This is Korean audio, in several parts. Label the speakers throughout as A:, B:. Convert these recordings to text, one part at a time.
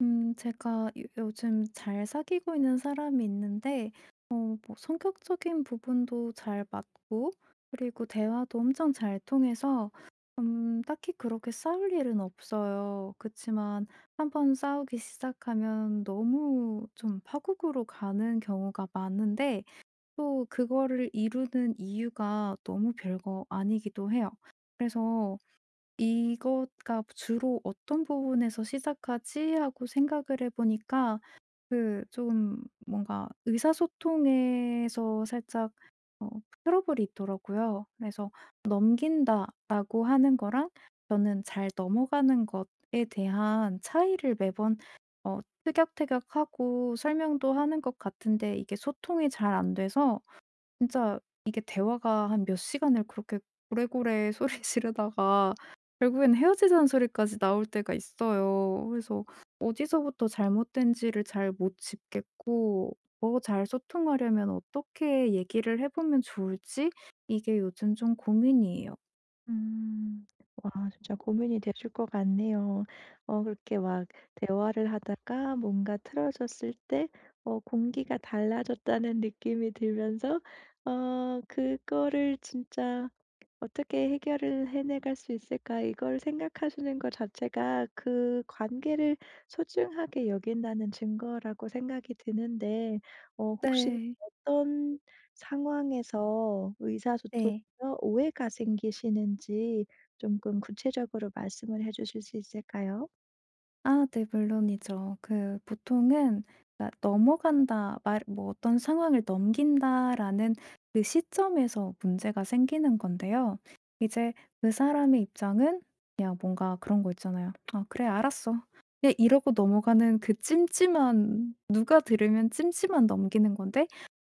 A: 제가 요 요즘 잘 사귀고 있는 사람이 있는데 뭐 성격적인 부분도 잘 맞고, 그리고 대화도 엄청 잘 통해서 딱히 그렇게 싸울 일은 없어요. 그치만 한번 싸우기 시작하면 너무 좀 파국으로 가는 경우가 많은데, 또 그거를 이루는 이유가 너무 별거 아니기도 해요. 그래서 '이거가 주로 어떤 부분에서 시작하지?' 하고 생각을 해 보니까 그 좀 뭔가 의사소통에서 살짝 어 트러블이 있더라고요. 그래서 '넘긴다.'라고 하는 거랑 저는 '잘 넘어가는 것.'에 대한 차이를 매번 어 티격태격하고 설명도 하는 것 같은데, 이게 소통이 잘 안 돼서 진짜 이게 대화가 한 몇 시간을 그렇게 고래고래 소리 지르다가 결국엔 헤어지자는 소리까지 나올 때가 있어요. 그래서 어디서부터 잘못된지를 잘 못 짚겠고, 뭐 잘 소통하려면 어떻게 얘기를 해 보면 좋을지, 이게 요즘 좀 고민이에요.
B: 음. 와 진짜 고민이 되실 것 같네요. 그렇게 막 대화를 하다가 뭔가 틀어졌을 때 공기가 달라졌다는 느낌이 들면서 그거를 진짜 '어떻게 해결을 해내갈 수 있을까?' 이걸 생각하시는 것 자체가 그 관계를 소중하게 여긴다는 증거라고 생각이 드는데 혹시
A: 네.
B: 어떤 상황에서
A: 네.
B: 의사소통에서 오해가 생기시는지 조금 구체적으로 말씀을 해 주실 수 있을까요?
A: 아, 네, 물론이죠. 그 보통은 '넘어간다.' 말 뭐 '어떤 상황을 넘긴다.'라는 그 시점에서 문제가 생기는 건데요. 이제 그 사람의 입장은 그냥 뭔가 그런 거 있잖아요. '아 그래 알았어.' 그냥 이러고 넘어가는, 그 찜찜한, 누가 들으면 찜찜한 넘기는 건데,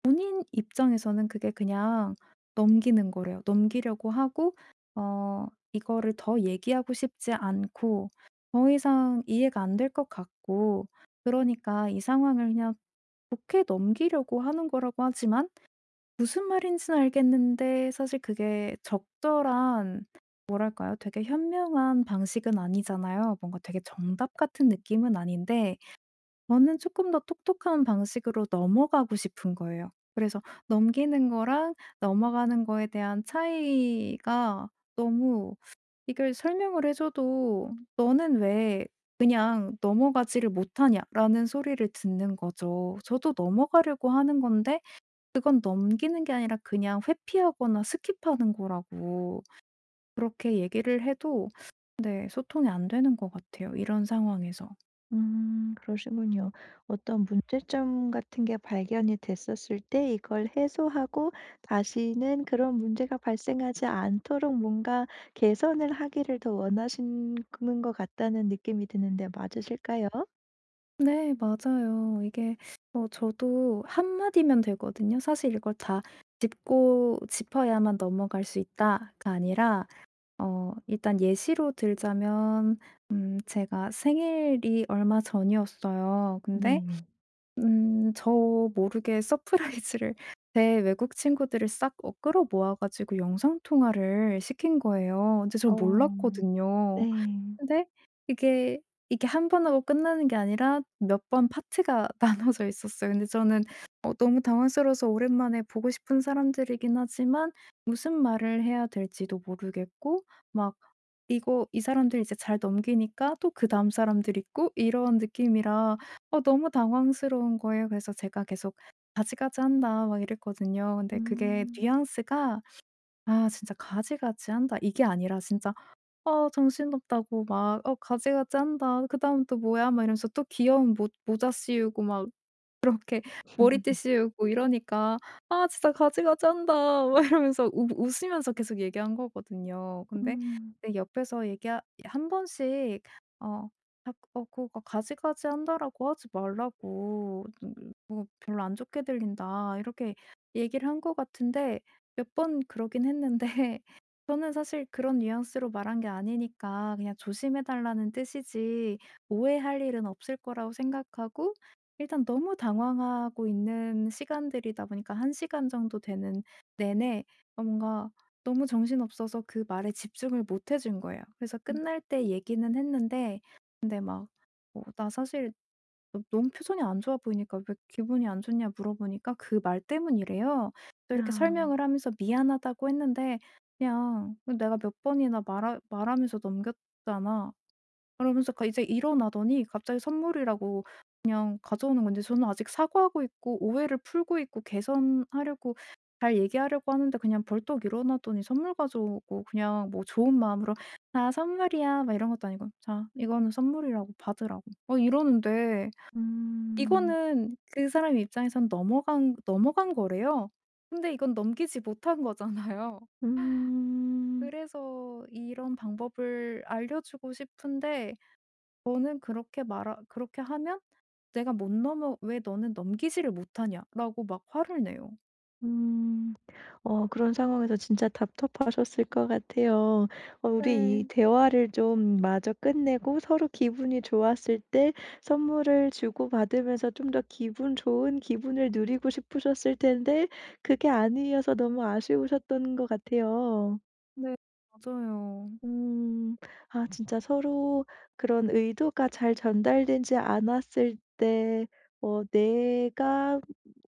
A: 본인 입장에서는 그게 그냥 넘기는 거래요. 넘기려고 하고, 어 이거를 더 얘기하고 싶지 않고 더 이상 이해가 안 될 것 같고, 그러니까 이 상황을 그냥 좋게 넘기려고 하는 거라고 하지만, 무슨 말인지는 알겠는데 사실 그게 적절한, 뭐랄까요? 되게 현명한 방식은 아니잖아요. 뭔가 되게 정답 같은 느낌은 아닌데, 저는 조금 더 똑똑한 방식으로 넘어가고 싶은 거예요. 그래서 넘기는 거랑 넘어가는 거에 대한 차이가 너무, 이걸 설명을 해 줘도 "너는 왜 그냥 넘어가지를 못하냐?"라는 소리를 듣는 거죠. 저도 넘어가려고 하는 건데 그건 넘기는 게 아니라 그냥 회피하거나 스킵하는 거라고 그렇게 얘기를 해도, 네, 소통이 안 되는 것 같아요, 이런 상황에서.
B: 그러시군요. 어떤 문제점 같은 게 발견이 됐었을 때 이걸 해소하고 다시는 그런 문제가 발생하지 않도록 뭔가 개선을 하기를 더 원하시는 것 같다는 느낌이 드는데 맞으실까요?
A: 네, 맞아요. 이게 저도 한마디면 되거든요. 사실 이걸 다 짚고 짚어야만 넘어갈 수 있다가 아니라 일단 예시로 들자면 제가 생일이 얼마 전이었어요. 근데
B: 네.
A: 저 모르게 서프라이즈를 제 외국 친구들을 싹 끌어 모아 가지고 영상 통화를 시킨 거예요. 근데 전
B: 어.
A: 몰랐거든요.
B: 네.
A: 근데 이게, 이게 한 번 하고 끝나는 게 아니라 몇 번 파트가 나눠져 있었어요. 근데 저는 너무 당황스러워서, 오랜만에 보고 싶은 사람들이긴 하지만 무슨 말을 해야 될지도 모르겠고, 막 이거 이 사람들 이제 잘 넘기니까 또 그다음 사람들이 있고 이런 느낌이라 너무 당황스러운 거예요. 그래서 제가 계속 "가지가지 한다." 막 이랬거든요. 근데 그게
B: 음.
A: 뉘앙스가 '아 진짜 가지가지 한다.' 이게 아니라 진짜 정신없다고, 막 "어 가지가지 한다. 그다음 또 뭐야?" 막 이러면서 또 귀여운 모 모자 씌우고 막 그렇게 머리띠 씌우고 이러니까 "아 진짜 가지가지 한다." 막 이러면서 웃 웃으면서 계속 얘기한 거거든요. 근데
B: 음.
A: 네, 옆에서 얘기하 한 번씩 어 자꾸 "어 그거 가지가지 한다."라고 하지 말라고, 뭐 별로 안 좋게 들린다." 이렇게 얘기를 한 것 같은데, 몇 번 그러긴 했는데 저는 사실 그런 뉘앙스로 말한 게 아니니까 그냥 조심해 달라는 뜻이지 오해할 일은 없을 거라고 생각하고, 일단 너무 당황하고 있는 시간들이다 보니까 1시간 정도 되는 내내 뭔가 너무 정신없어서 그 말에 집중을 못 해준 거예요. 그래서 끝날 때 얘기는 했는데, 근데 막 "나 사실 너 너무 표정이 안 좋아 보이니까 왜 기분이 안 좋냐?" 물어보니까 그 말 때문이래요. 또 이렇게
B: 야.
A: 설명을 하면서 미안하다고 했는데 "그냥 내가 몇 번이나 말하면서 넘겼잖아." 그러면서 가 이제 일어나더니 갑자기 선물이라고 그냥 가져오는 건데, 저는 아직 사과하고 있고 오해를 풀고 있고 개선하려고 잘 얘기하려고 하는데, 그냥 벌떡 일어나더니 선물 가져오고, 그냥 뭐 좋은 마음으로 "아 선물이야." 막 이런 것도 아니고 "자 이거는 선물이라고 받으라고." 막 이러는데,
B: 음.
A: 이거는 그 사람 입장에선 넘어간 거래요. 근데 이건 넘기지 못한 거잖아요.
B: 음.
A: 그래서 이런 방법을 알려주고 싶은데, 너는 그렇게 말하 그렇게 하면 내가 못 넘어 "왜 너는 넘기지를 못하냐?"라고 막 화를 내요.
B: 음. 그런 상황에서 진짜 답답하셨을 것 같아요. 우리 이
A: 네.
B: 대화를 좀 마저 끝내고 서로 기분이 좋았을 때 선물을 주고받으면서 좀 더 기분 좋은 기분을 누리고 싶으셨을 텐데 그게 아니어서 너무 아쉬우셨던 것 같아요.
A: 네, 맞아요.
B: 음. 아 진짜 서로 그런 의도가 잘 전달되지 않았을 때 내가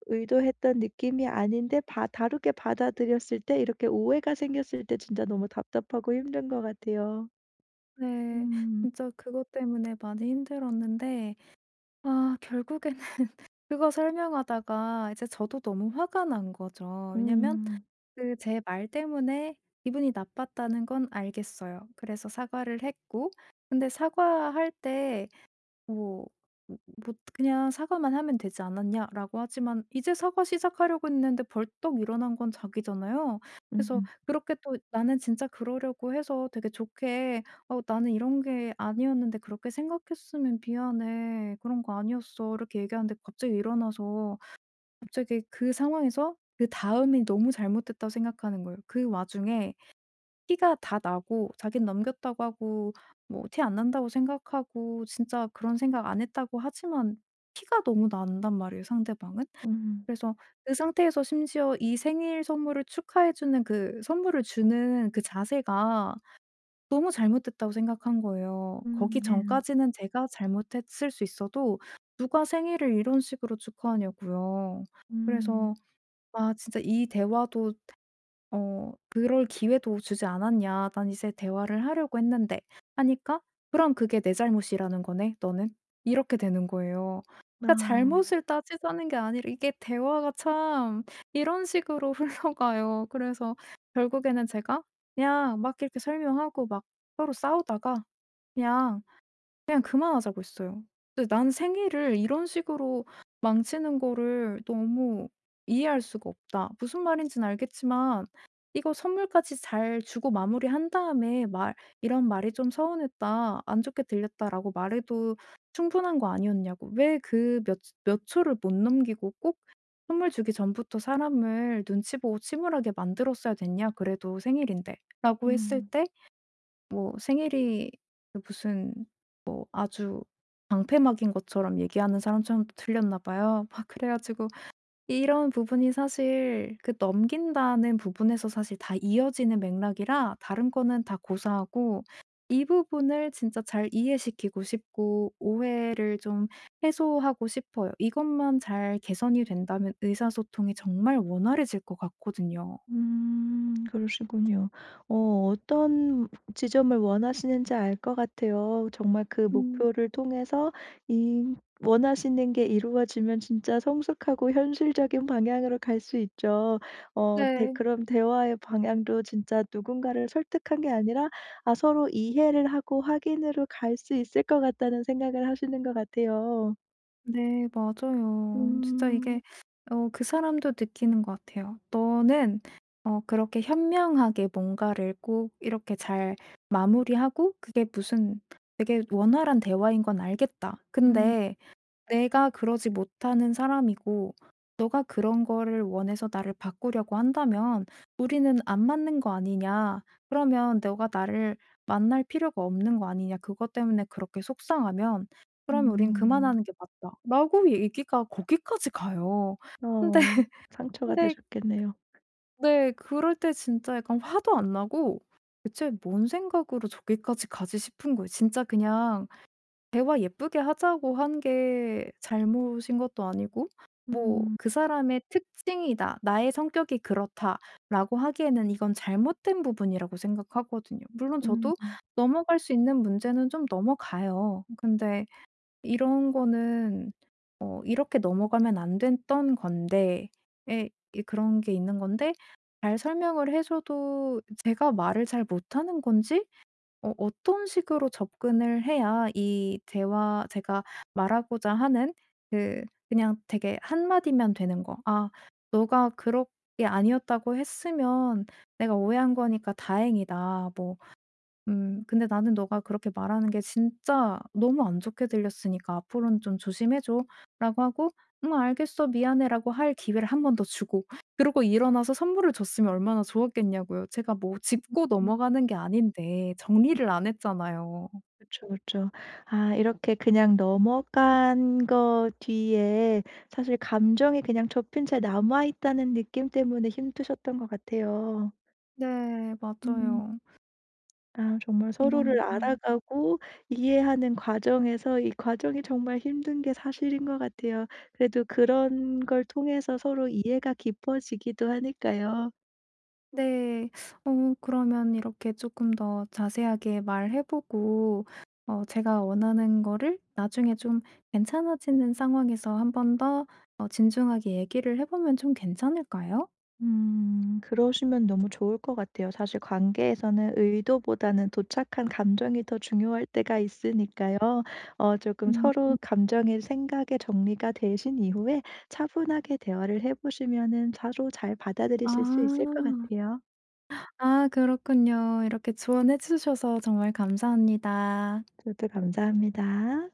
B: 의도했던 느낌이 아닌데 바 다르게 받아들였을 때 이렇게 오해가 생겼을 때 진짜 너무 답답하고 힘든 것 같아요.
A: 네.
B: 음.
A: 진짜 그것 때문에 많이 힘들었는데, 아 결국에는 그거 설명하다가 이제 저도 너무 화가 난 거죠. 왜냐면
B: 음.
A: 그 제 말 때문에 기분이 나빴다는 건 알겠어요. 그래서 사과를 했고, 근데 사과할 때 뭐 음 뭐 "그냥 사과만 하면 되지 않았냐?"라고 하지만, 이제 사과 시작하려고 했는데 벌떡 일어난 건 자기잖아요. 그래서
B: 음.
A: 그렇게 또 나는 진짜 그러려고 해서 되게 좋게 "어 나는 이런 게 아니었는데 그렇게 생각했으면 미안해. 그런 거 아니었어." 이렇게 얘기하는데 갑자기 일어나서 갑자기 그 상황에서 그 다음이 너무 잘못됐다고 생각하는 거예요. 그 와중에 티가 다 나고 자기는 넘겼다고 하고 뭐 티 안 난다고 생각하고 진짜 그런 생각 안 했다고 하지만 티가 너무 난단 말이에요, 상대방은.
B: 음.
A: 그래서 그 상태에서 심지어 이 생일 선물을 축하해 주는 그 선물을 주는 그 자세가 너무 잘못됐다고 생각한 거예요. 거기
B: 네.
A: 전까지는 제가 잘못했을 수 있어도, 누가 생일을 이런 식으로 축하하냐고요.
B: 음.
A: 그래서 아, 진짜 이 대화도 "그럴 기회도 주지 않았냐. 난 이제 대화를 하려고 했는데." 하니까 "그럼 그게 내 잘못이라는 거네, 너는." 이렇게 되는 거예요. 그러니까
B: 아.
A: 잘못을 따지자는 게 아니라 이게 대화가 참 이런 식으로 흘러가요. 그래서 결국에는 제가 그냥 막 이렇게 설명하고 막 서로 싸우다가 그냥 그냥 그만하자고 했어요. 근데 '난 생일을 이런 식으로 망치는 거를 너무 이해할 수가 없다. 무슨 말인지는 알겠지만 이거 선물까지 잘 주고 마무리한 다음에 말 "이런 말이 좀 서운했다. 안 좋게 들렸다."라고 말해도 충분한 거 아니었냐고. 왜 그 몇 초를 못 넘기고 꼭 선물 주기 전부터 사람을 눈치 보고 침울하게 만들었어야 됐냐, 그래도 생일인데.'라고 했을
B: 음.
A: 때 뭐 생일이 그 무슨 뭐 아주 방패막인 것처럼 얘기하는 사람처럼 또 들렸나 봐요. 막 그래 가지고, 이런 부분이 사실 그 넘긴다는 부분에서 사실 다 이어지는 맥락이라 다른 거는 다 고사하고 이 부분을 진짜 잘 이해시키고 싶고 오해를 좀 해소하고 싶어요. 이것만 잘 개선이 된다면 의사소통이 정말 원활해질 것 같거든요.
B: 그러시군요. 어 어떤 지점을 원하시는지 알 것 같아요. 정말 그
A: 음.
B: 목표를 통해서 이 원하시는 게 이루어지면 진짜 성숙하고 현실적인 방향으로 갈 수 있죠. 네
A: 네.
B: 그럼 대화의 방향도 진짜 누군가를 설득한 게 아니라 아 서로 이해를 하고 확인으로 갈 수 있을 것 같다는 생각을 하시는 것 같아요.
A: 네, 맞아요. 진짜
B: 음.
A: 이게 그 사람도 느끼는 것 같아요. '너는 그렇게 현명하게 뭔가를 꼭 이렇게 잘 마무리하고 그게 무슨 되게 원활한 대화인 건 알겠다.
B: 음.
A: 근데 내가 그러지 못하는 사람이고, 너가 그런 거를 원해서 나를 바꾸려고 한다면 우리는 안 맞는 거 아니냐. 그러면 너가 나를 만날 필요가 없는 거 아니냐. 그것 때문에 그렇게 속상하면 그러면 우린
B: 음.
A: 그만하는 게 맞다.'라고 얘기가 거기까지 가요. 근데
B: 어 상처가
A: 근데
B: 되셨겠네요.
A: 네, 그럴 때 진짜 약간 화도 안 나고 '대체 뭔 생각으로 저기까지 가지?' 싶은 거예요. 진짜 그냥 대화 예쁘게 하자고 한 게 잘못인 것도 아니고, 뭐
B: 음.
A: '그 사람의 특징이다. 나의 성격이 그렇다.'라고 하기에는 이건 잘못된 부분이라고 생각하거든요. 물론
B: 음.
A: 저도 넘어갈 수 있는 문제는 좀 넘어가요. 근데 이런 거는 이렇게 넘어가면 안 됐던 건데, 에, 이 그런 게 있는 건데, 잘 설명을 해 줘도 제가 말을 잘 못하는 건지, 어떤 식으로 접근을 해야 이 대화, 제가 말하고자 하는, 그냥 되게 한마디면 되는 거 '아 너가 그렇게 아니었다고 했으면 내가 오해한 거니까 다행이다.' 뭐 '근데 나는 너가 그렇게 말하는 게 진짜 너무 안 좋게 들렸으니까 앞으로는 좀 조심해 줘'라고 하고, 알겠어. 미안해."라고 할 기회를 한 번 더 주고 그러고 일어나서 선물을 줬으면 얼마나 좋았겠냐고요. 제가 뭐 짚고
B: 음.
A: 넘어가는 게 아닌데, 정리를 안 했잖아요.
B: 그쵸, 그쵸. 아 이렇게 그냥 넘어간 거 뒤에 사실 감정이 그냥 접힌 채 남아 있다는 느낌 때문에 힘드셨던 것 같아요.
A: 네,
B: 음.
A: 맞아요.
B: 아 정말 서로를
A: 이런 건.
B: 알아가고 이해하는 과정에서 이 과정이 정말 힘든 게 사실인 것 같아요. 그래도 그런 걸 통해서 서로 이해가 깊어지기도 하니까요.
A: 네. 그러면 이렇게 조금 더 자세하게 말해 보고 제가 원하는 거를 나중에 좀 괜찮아지는 상황에서 한 번 더 진중하게 얘기를 해 보면 좀 괜찮을까요?
B: 음. 그러시면 너무 좋을 것 같아요. 사실 관계에서는 의도보다는 도착한 감정이 더 중요할 때가 있으니까요. 조금
A: 음.
B: 서로 감정의 생각의 정리가 되신 이후에 차분하게 대화를 해 보시면은 서로 잘
A: 아.
B: 받아들이실 수 있을 것 같아요.
A: 아, 그렇군요. 이렇게 조언해 주셔서 정말 감사합니다.
B: 저도 감사합니다.